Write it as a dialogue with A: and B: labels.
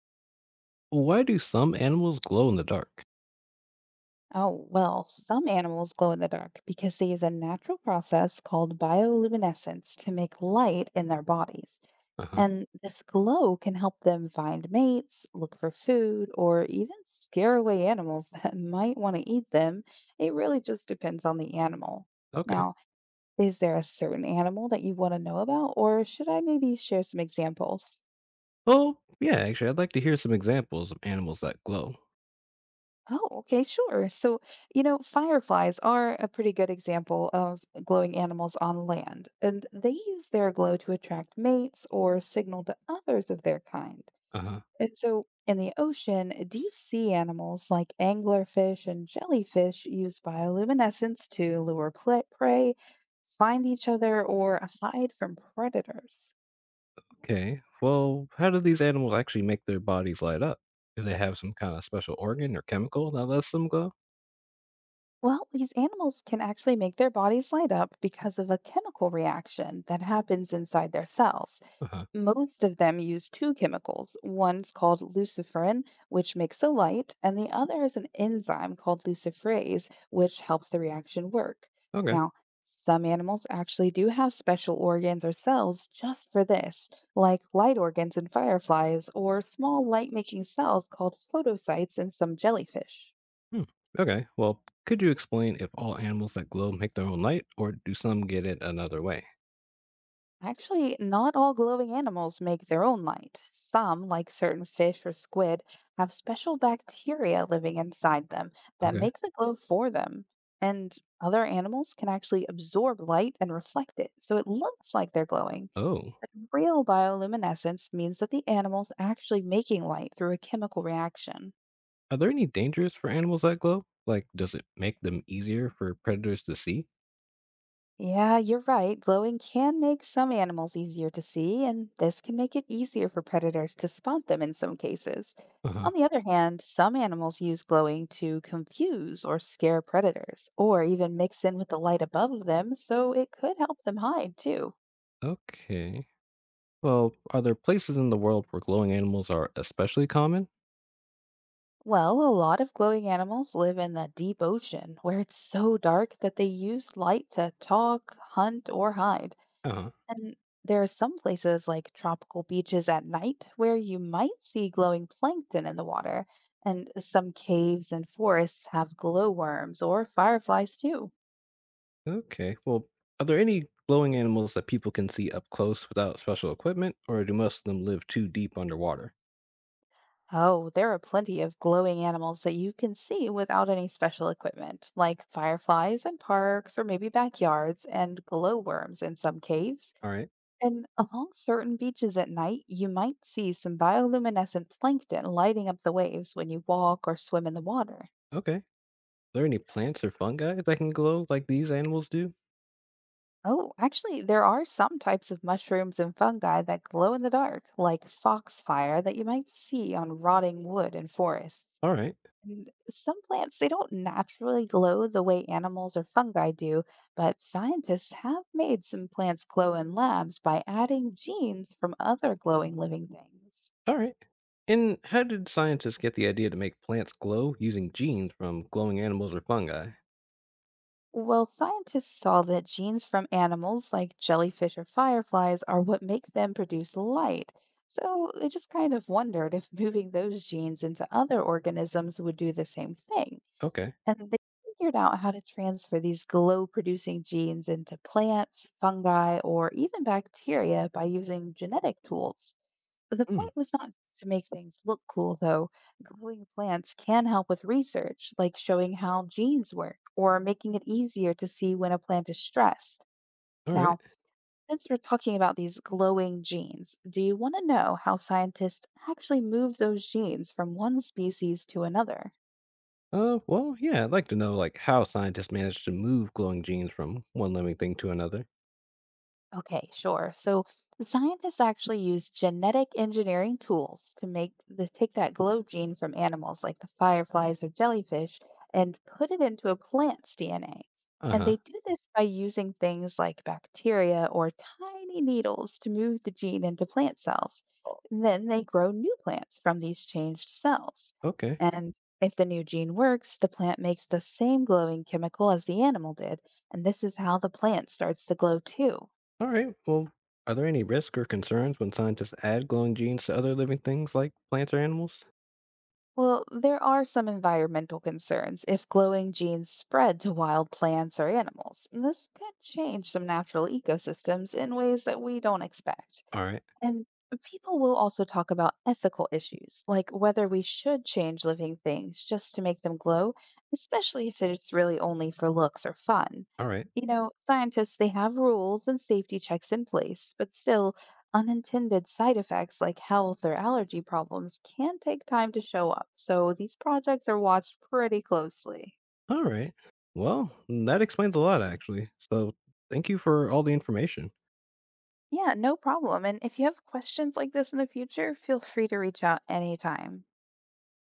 A: Why do some animals glow in the dark?
B: Oh, well, some animals glow in the dark because they use a natural process called bioluminescence to make light in their bodies.
A: Uh huh.
B: And this glow can help them find mates, look for food, or even scare away animals that might want to eat them. It really just depends on the animal.
A: Okay.
B: Now, is there a certain animal that you want to know about, or should I maybe share some examples?
A: Well, yeah, actually, I'd like to hear some examples of animals that glow.
B: Oh, okay, sure. So, fireflies are a pretty good example of glowing animals on land, and they use their glow to attract mates or signal to others of their kind.
A: Uh huh.
B: And so, in the ocean, deep sea animals like anglerfish and jellyfish use bioluminescence to lure prey, find each other, or hide from predators.
A: Okay, well, how do these animals actually make their bodies light up? Do they have some kind of special organ or chemical that lets them glow?
B: Well, these animals can actually make their bodies light up because of a chemical reaction that happens inside their cells.
A: Uh huh.
B: Most of them use two chemicals. One's called luciferin, which makes a light, and the other is an enzyme called luciferase, which helps the reaction work.
A: Okay,
B: Now, some animals actually do have special organs or cells just for this, like light organs in fireflies or small light making cells called photocytes in some jellyfish.
A: hmm. Okay, well, could you explain if all animals that glow make their own light, or do some get it another way?
B: Actually, not all glowing animals make their own light. Some, like certain fish or squid, have special bacteria living inside them that
A: Okay.
B: make the glow for them. And other animals can actually absorb light and reflect it, so it looks like they're glowing.
A: Oh,
B: But real bioluminescence means that the animal's actually making light through a chemical reaction.
A: are there any dangers for animals that glow? Like, does it make them easier for predators to see?
B: Yeah, you're right. Glowing can make some animals easier to see, and this can make it easier for predators to spot them in some cases.
A: Uh huh.
B: On the other hand, some animals use glowing to confuse or scare predators, or even mix in with the light above them, so it could help them hide too.
A: Okay. Well, are there places in the world where glowing animals are especially common?
B: Well, a lot of glowing animals live in the deep ocean, where it's so dark that they use light to talk, hunt, or hide.
A: Uh-huh.
B: And there are some places like tropical beaches at night where you might see glowing plankton in the water, and some caves and forests have glowworms or fireflies too.
A: Okay. Well, are there any glowing animals that people can see up close without special equipment, or do most of them live too deep underwater?
B: Oh, there are plenty of glowing animals that you can see without any special equipment, like fireflies in parks or maybe backyards, and glowworms in some caves.
A: All right.
B: And along certain beaches at night, you might see some bioluminescent plankton lighting up the waves when you walk or swim in the water.
A: Okay. Are there any plants or fungi that can glow like these animals do?
B: Oh, actually, there are some types of mushrooms and fungi that glow in the dark, like foxfire that you might see on rotting wood in forests.
A: All right.
B: And some plants, they don't naturally glow the way animals or fungi do, but scientists have made some plants glow in labs by adding genes from other glowing living things.
A: All right. And how did scientists get the idea to make plants glow using genes from glowing animals or fungi?
B: Well, scientists saw that genes from animals like jellyfish or fireflies are what make them produce light. So they just kind of wondered if moving those genes into other organisms would do the same thing,
A: Okay.
B: and they figured out how to transfer these glow producing genes into plants, fungi, or even bacteria by using genetic tools. But the
A: Hmm.
B: point was not to make things look cool, though. Glowing plants can help with research, like showing how genes work or making it easier to see when a plant is stressed.
A: All right.
B: Now, since we're talking about these glowing genes, do you want to know how scientists actually move those genes from one species to another?
A: Well, yeah, I'd like to know how scientists manage to move glowing genes from one living thing to another.
B: Okay, sure. So scientists actually use genetic engineering tools to make the take that glow gene from animals like the fireflies or jellyfish and put it into a plant's DNA.
A: Uh
B: And
A: huh.
B: they do this by using things like bacteria or tiny needles to move the gene into plant cells. And then they grow new plants from these changed cells.
A: Okay.
B: And if the new gene works, the plant makes the same glowing chemical as the animal did. And this is how the plant starts to glow too.
A: All right. Well, are there any risks or concerns when scientists add glowing genes to other living things like plants or animals?
B: Well, there are some environmental concerns if glowing genes spread to wild plants or animals, and this could change some natural ecosystems in ways that we don't expect.
A: All right.
B: And people will also talk about ethical issues, like whether we should change living things just to make them glow, especially if it's really only for looks or fun.
A: All right.
B: You know, scientists, they have rules and safety checks in place, but still, unintended side effects like health or allergy problems can take time to show up, so these projects are watched pretty closely.
A: All right. Well, that explains a lot actually. So thank you for all the information.
B: Yeah, no problem. And if you have questions like this in the future, feel free to reach out anytime.